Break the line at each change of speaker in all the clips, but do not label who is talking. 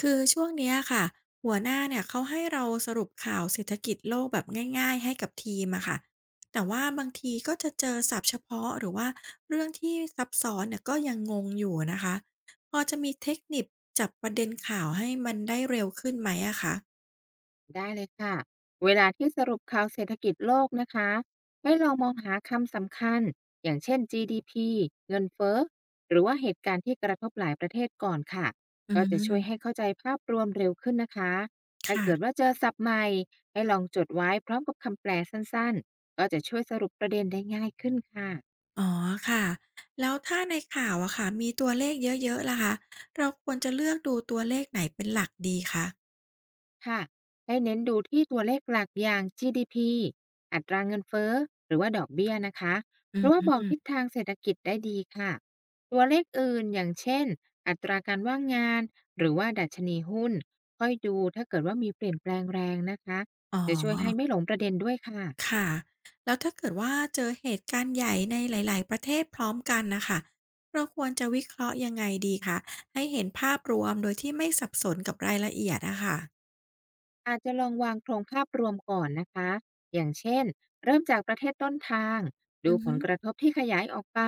คือช่วงเนี้ยค่ะหัวหน้าเนี่ยเขาให้เราสรุปข่าวเศรษฐกิจโลกแบบง่ายๆให้กับทีมอะค่ะแต่ว่าบางทีก็จะเจอศัพท์เฉพาะหรือว่าเรื่องที่ซับซ้อนเนี่ยก็ยังงงอยู่นะคะพอจะมีเทคนิคจับประเด็นข่าวให้มันได้เร็วขึ้นไหมอะคะ
ได้เลยค่ะ เวลาที่สรุปข่าวเศรษฐกิจโลกนะคะ ให้ลองมองหาคำสำคัญ อย่างเช่น GDP เงินเฟ้อ หรือว่าเหตุการณ์ที่กระทบหลายประเทศก่อนค่ะ
อื
ก็จะช่วยให้
ม
เข้าใจภาพรวมเร็วขึ้นนะคะถ้าเกิด
ค่ะ
ว่าเจอศัพท์ใหม่ให้ลองจดไว้พร้อมกับคำแปลสั้นๆ ก็จะช่วยสรุปประเด็นได้ง่ายขึ้นค่ะ
อ๋อค่ะแล้วถ้าในข่าวอะค่ะมีตัวเลขเยอะๆล่ะคะเราควรจะเลือกดูตัวเลขไหนเป็นหลักดีคะ
ค่ะให้เน้นดูที่ตัวเลขหลักอย่าง GDP อัตราเงินเฟ้อหรือว่าดอกเบี้ยนะคะ
อื
เพราะว่าบ
ม
อกทิศทางเศรษฐกิจได้ดีค่ะ ตัวเลขอื่นอย่างเช่นอัตราการว่างงานหรือว่าดัชนีหุ้นค่อยดูถ้าเกิดว่ามีเปลี่ยนแปลงแรงนะคะ
อ๋
จะช่วยให้
อ
ไม่หลงประเด็นด้วยค่ะ
ค่ะแล้วถ้าเกิดว่าเจอเหตุการณ์ใหญ่ในหลายๆประเทศพร้อมกันนะคะเราควรจะวิเคราะห์ยังไงดีคะให้เห็นภาพรวมโดยที่ไม่สับสนกับรายละเอียดอะค่ะ
อาจจะลองวางโครงภาพรวมก่อนนะคะ อย่างเช่นเริ่มจากประเทศต้นทางดู
อือ
ผ
ฮึ
ลกระทบที่ขยายออกไป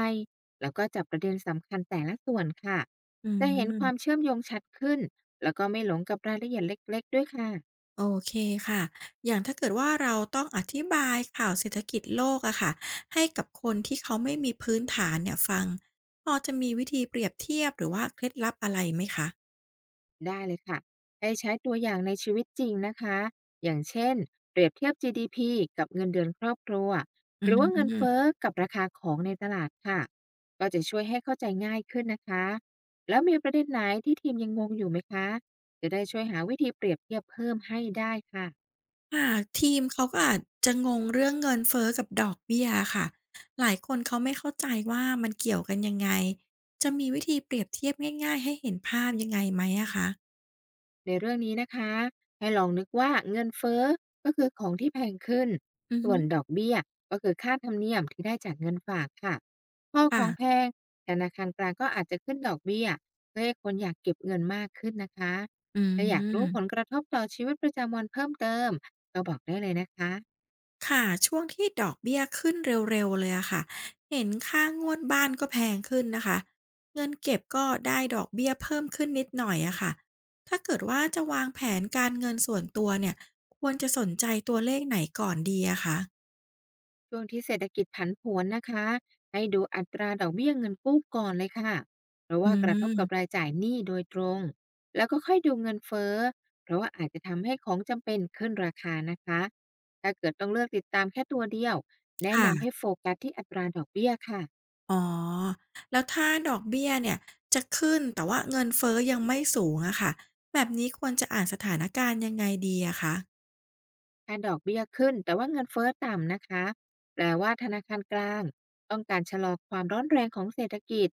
แล้วก็จับประเด็นสำคัญแต่ละส่วนค่ะ
อื
จะเห็นความ
ม
เชื่อมโยงชัดขึ้นแล้วก็ไม่หลงกับรายละเอียดเล็กๆด้วยค่ะ
โอเคค่ะอย่างถ้าเกิดว่าเราต้องอธิบายข่าวเศรษฐกิจโลกอะค่ะให้กับคนที่เขาไม่มีพื้นฐานเนี่ยฟังพอจะมีวิธีเปรียบเทียบหรือว่าเคล็ดลับอะไรไหมคะ
ได้เลยค่ะให้ใช้ตัวอย่างในชีวิตจริงนะคะ อย่างเช่นเปรียบเทียบ GDP กับเงินเดือนครอบครัว
อื
หรือว่าเงินเฟ้อ
ม
กับราคาของในตลาดค่ะ ก็จะช่วยให้เข้าใจง่ายขึ้นนะคะ แล้วมีประเด็นไหนที่ทีมยังงงอยู่ไหมคะ จะได้ช่วยหาวิธีเปรียบเทียบเพิ่มให้ได้ค่ะ
ค่ะทีมเขาก็อาจจะงงเรื่องเงินเฟ้อกับดอกเบี้ยอะค่ะ หลายคนเขาไม่เข้าใจว่ามันเกี่ยวกันยังไงจะมีวิธีเปรียบเทียบง่ายๆให้เห็นภาพยังไงไหมอะคะ
ในเรื่องนี้นะคะให้ลองนึกว่าเงินเฟ้อก็คือของที่แพงขึ้น
อือ
ส่
ฮึ
วนดอกเบี้ยก็คือค่าธรรมเนียมที่ได้จากเงินฝากค่ะพอของแพ
ค่ะ
งธนาคารกลางก็อาจจะขึ้นดอกเบี้ยเพื่อให้คนอยากเก็บเงินมากขึ้นนะคะ
อื
ถ้าอยากรู้ผล
ม
กระทบต่อชีวิตประจำวันเพิ่มเติมก็บอกได้เลยนะคะ
ค่ะช่วงที่ดอกเบี้ยขึ้นเร็วๆเลยอะค่ะเห็นค่างวดบ้านก็แพงขึ้นนะคะเงินเก็บก็ได้ดอกเบี้ยเพิ่มขึ้นนิดหน่อยอะค่ะถ้าเกิดว่าจะวางแผนการเงินส่วนตัวเนี่ยควรจะสนใจตัวเลขไหนก่อนดีอะคะ
ช่วงที่เศรษฐกิจผันผวนนะคะให้ดูอัตราดอกเบี้ยเงินกู้ก่อนเลยค่ะเพราะ
อื
ว่ากระทบกับ
ม
รายจ่ายหนี้โดยตรงแล้วก็ค่อยดูเงินเฟ้อเพราะว่าอาจจะทำให้ของจำเป็นขึ้นราคานะคะถ้าเกิดต้องเลือกติดตามแค่ตัวเดียวแนะ
ค่ะ
นำให้โฟกัสที่อัตราดอกเบี้ยค่ะ
อ๋อแล้วถ้าดอกเบี้ยเนี่ยจะขึ้นแต่ว่าเงินเฟ้อยังไม่สูงอะค่ะแบบนี้ควรจะอ่านสถานการณ์ยังไงดีอะคะ
ถ้าดอกเบี้ยขึ้นแต่ว่าเงินเฟ้อต่ำนะคะแปลว่าธนาคารกลางต้องการชะลอความร้อนแรงของเศรษฐกิจ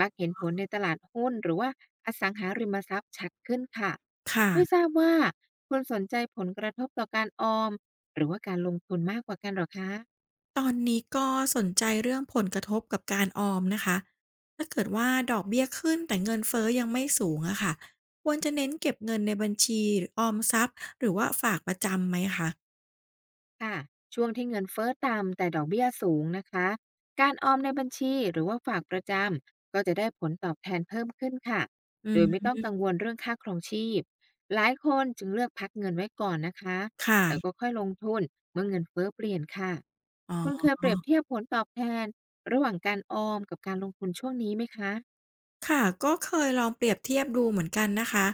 มักเห็นผลในตลาดหุ้นหรือว่าอสังหาริมทรัพย์ชัดขึ้นค่ะไม่ท
ค่ะ
ราบว่าคุณสนใจผลกระทบต่อการออมหรือว่าการลงทุนมากกว่ากันหรอคะ
ตอนนี้ก็สนใจเรื่องผลกระทบกับการออมนะคะถ้าเกิดว่าดอกเบี้ยขึ้นแต่เงินเฟ้อยังไม่สูงอะค่ะควรจะเน้นเก็บเงินในบัญชีหรือออมทรัพย์หรือว่าฝากประจำไหมคะ
ค่ะช่วงที่เงินเฟ้อต่ำแต่ดอกเบี้ยสูงนะคะการออมในบัญชีหรือว่าฝากประจำก็จะได้ผลตอบแทนเพิ่มขึ้นค่ะ
อื
โด
ม
ยไม่ต้องกังวลเรื่องค่าครองชีพ หลายคนจึงเลือกพักเงินไว้ก่อนนะคะแล้วก็
ค่ะ
ค่อยลงทุนเมื่อเงินเฟ้อเปลี่ยนค่ะ
อ๋
คุณ
อ
เคยเปรียบเทียบผลตอบแทนระหว่างการออมกับการลงทุนช่วงนี้ไหมคะ
ค่ะก็เคยลองเปรียบเทียบดูเหมือนกันนะคะ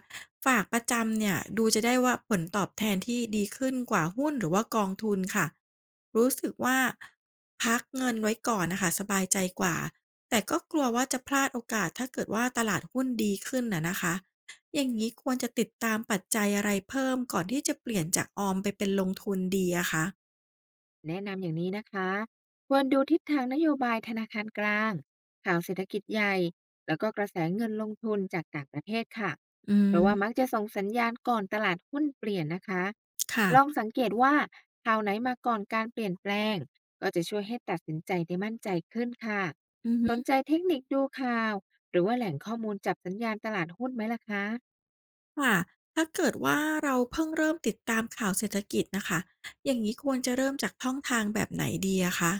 ฝากประจำเนี่ยดูจะได้ว่าผลตอบแทนที่ดีขึ้นกว่าหุ้นหรือว่ากองทุนค่ะรู้สึกว่าพักเงินไว้ก่อนนะคะสบายใจกว่าแต่ก็กลัวว่าจะพลาดโอกาสถ้าเกิดว่าตลาดหุ้นดีขึ้นน่ะนะคะอย่างนี้ควรจะติดตามปัจจัยอะไรเพิ่มก่อนที่จะเปลี่ยนจากออมไปเป็นลงทุนดีอะคะ
แนะนำอย่างนี้นะคะควรดูทิศทางนโยบายธนาคารกลางข่าวเศรษฐกิจใหญ่แล้วก็กระแสเงินลงทุนจากต่างประเทศค่ะ
อื
เพราะว่า
ม
มักจะส่งสัญญาณก่อนตลาดหุ้นเปลี่ยนนะคะ
ค่ะ
ลองสังเกตว่าข่าวไหนมาก่อนการเปลี่ยนแปลงก็จะช่วยให้ตัดสินใจได้มั่นใจขึ้นค่ะ
อื
สน
ม
ใจเทคนิคดูข่าวหรือว่าแหล่งข้อมูลจับสัญญาณตลาดหุ้นไหมล่ะคะ
ค่ะถ้าเกิดว่าเราเพิ่งเริ่มติดตามข่าวเศรษฐกิจนะคะอย่างนี้ควรจะเริ่มจากช่องทางแบบไหนดีอะคะ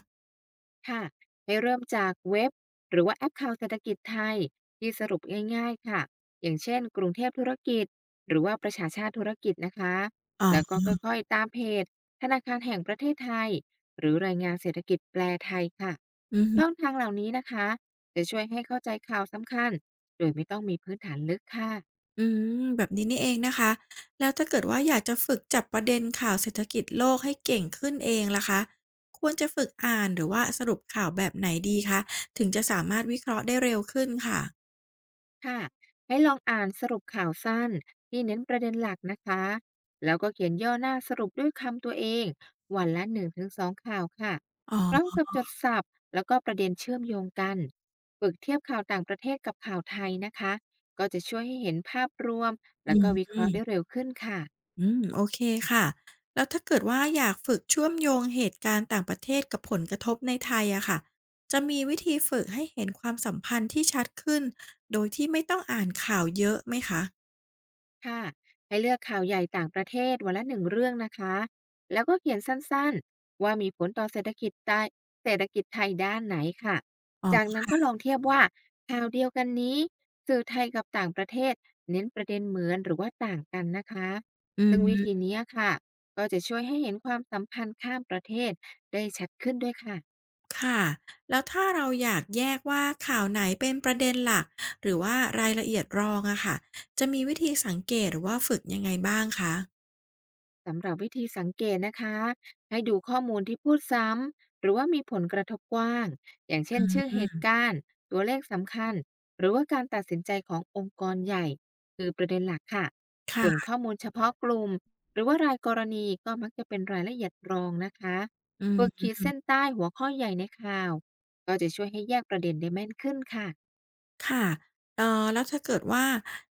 ค่ะให้เริ่มจากเว็บหรือว่าแอปข่าวเศรษฐกิจไทยที่สรุปง่ายๆค่ะอย่างเช่นกรุงเทพธุรกิจหรือว่าประชาชาติธุรกิจนะคะ
อ๋
แล้วก็
อ
ค่อยๆตามเพจธนาคารแห่งประเทศไทยหรือรายงานเศรษฐกิจแปลไทยค่ะ
อือฮึ
ช่องทางเหล่านี้นะคะจะช่วยให้เข้าใจข่าวสำคัญโดยไม่ต้องมีพื้นฐานลึกค่ะ
อืมแบบนี้นี่เองนะคะแล้วถ้าเกิดว่าอยากจะฝึกจับประเด็นข่าวเศรษฐกิจโลกให้เก่งขึ้นเองล่ะคะควรจะฝึกอ่านหรือว่าสรุปข่าวแบบไหนดีคะถึงจะสามารถวิเคราะห์ได้เร็วขึ้นค่ะ
ค่ะให้ลองอ่านสรุปข่าวสั้นที่เน้นประเด็นหลักนะคะ แล้วก็เขียนย่อหน้าสรุปด้วยคำตัวเองวันละ1-2ข่าวค่ะ
อ
พร้อม
๋
กับจดสับแล้วก็ประเด็นเชื่อมโยงกัน ฝึกเทียบข่าวต่างประเทศกับข่าวไทยนะคะ ก็จะช่วยให้เห็นภาพรวมแล้วก็
อ
วิเคราะห์ได้เร็วขึ้นค่ะ
อืมโอเคค่ะแล้วถ้าเกิดว่าอยากฝึกเชื่อมโยงเหตุการณ์ต่างประเทศกับผลกระทบในไทยอะค่ะจะมีวิธีฝึกให้เห็นความสัมพันธ์ที่ชัดขึ้นโดยที่ไม่ต้องอ่านข่าวเยอะไหมคะ
ค่ะ ให้เลือกข่าวใหญ่ต่างประเทศวันละหนึ่งเรื่องนะคะ แล้วก็เขียนสั้นๆว่ามีผลต่อเศรษฐกิจไทยเศรษฐกิจไทยด้านไหนค่ะ
อ๋
จาก
อ
นั้นก็ลองเทียบว่าข่าวเดียวกันนี้สื่อไทยกับต่างประเทศเน้นประเด็นเหมือนหรือว่าต่างกันนะคะ
อื
ซึ่งวิธี
ม
นี้ค่ะก็จะช่วยให้เห็นความสัมพันธ์ข้ามประเทศได้ชัดขึ้นด้วยค่ะ
ค่ะแล้วถ้าเราอยากแยกว่าข่าวไหนเป็นประเด็นหลักหรือว่ารายละเอียดรองอะค่ะจะมีวิธีสังเกตหรือว่าฝึกยังไงบ้างคะ
สำหรับวิธีสังเกตนะคะให้ดูข้อมูลที่พูดซ้ำหรือว่ามีผลกระทบกว้างอย่างเช่นชื่อเหตุการณ์ตัวเลขสำคัญหรือว่าการตัดสินใจขององค์กรใหญ่คือประเด็นหลักค่ะส่วน
ค่ะ
ข้อมูลเฉพาะกลุ่มหรือว่ารายกรณีก็มักจะเป็นรายละเอียดรองนะคะ
อืม
ฝึกขีดเส้นใต้หัวข้อใหญ่ในข่าวก็จะช่วยให้แยกประเด็นได้แม่นขึ้นค่ะ
ค่ะแล้วถ้าเกิดว่า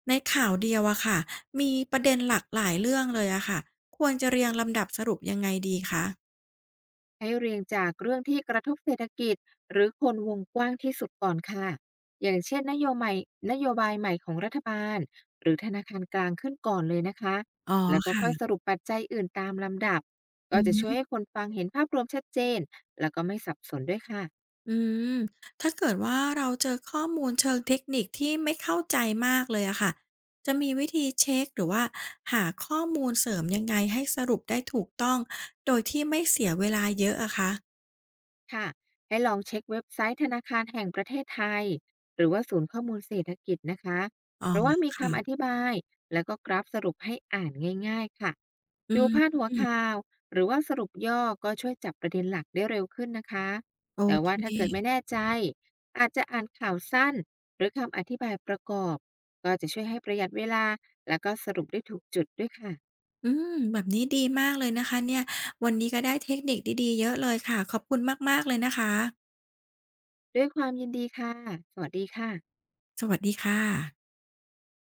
ในข่าวเดียวอะค่ะมีประเด็นหลากหลายเรื่องเลยอะค่ะควรจะเรียงลำดับสรุปยังไงดีคะ
ให้เรียงจากเรื่องที่กระทบเศรษฐกิจหรือคนวงกว้างที่สุดก่อนค่ะอย่างเช่นนโยบายใหม่ของรัฐบาลหรือธนาคารกลางขึ้นก่อนเลยนะคะ
อ๋อ
แล้วก็ค่อยส
ค่ะ
รุปปัจจัยอื่นตามลำดับ ก็
อือ
จะ
ฮึ
ช่วยให้คนฟังเห็นภาพรวมชัดเจนแล้วก็ไม่สับสนด้วยค่ะ
อืมถ้าเกิดว่าเราเจอข้อมูลเชิงเทคนิคที่ไม่เข้าใจมากเลยอะค่ะ จะมีวิธีเช็กหรือว่าหาข้อมูลเสริมยังไงให้สรุปได้ถูกต้อง โดยที่ไม่เสียเวลาเยอะอะคะ
ค่ะให้ลองเช็คเว็บไซต์ธนาคารแห่งประเทศไทยหรือว่าศูนย์ข้อมูลเศรษฐกิจนะคะ
อ๋อ
เพราะว่ามีคำอ
ค่ะ
ธิบายแล้วก็กราฟสรุปให้อ่านง่ายๆค่ะ
อื
ดูพาดหัวข่า
ม
วหรือว่าสรุปย่อก็ช่วยจับประเด็นหลักได้เร็วขึ้นนะคะ
โอ
แต่
เค
ว่าถ้าเกิดไม่แน่ใจอาจจะอ่านข่าวสั้นหรือคำอธิบายประกอบก็จะช่วยให้ประหยัดเวลาแล้วก็สรุปได้ถูกจุดด้วยค่ะ
อืมแบบนี้ดีมากเลยนะคะเนี่ยวันนี้ก็ได้เทคนิคดีๆเยอะเลยค่ะขอบคุณมากๆเลยนะคะ
ด้วยความยินดีค่ะสวัสดีค่ะ
สวัสดีค่ะ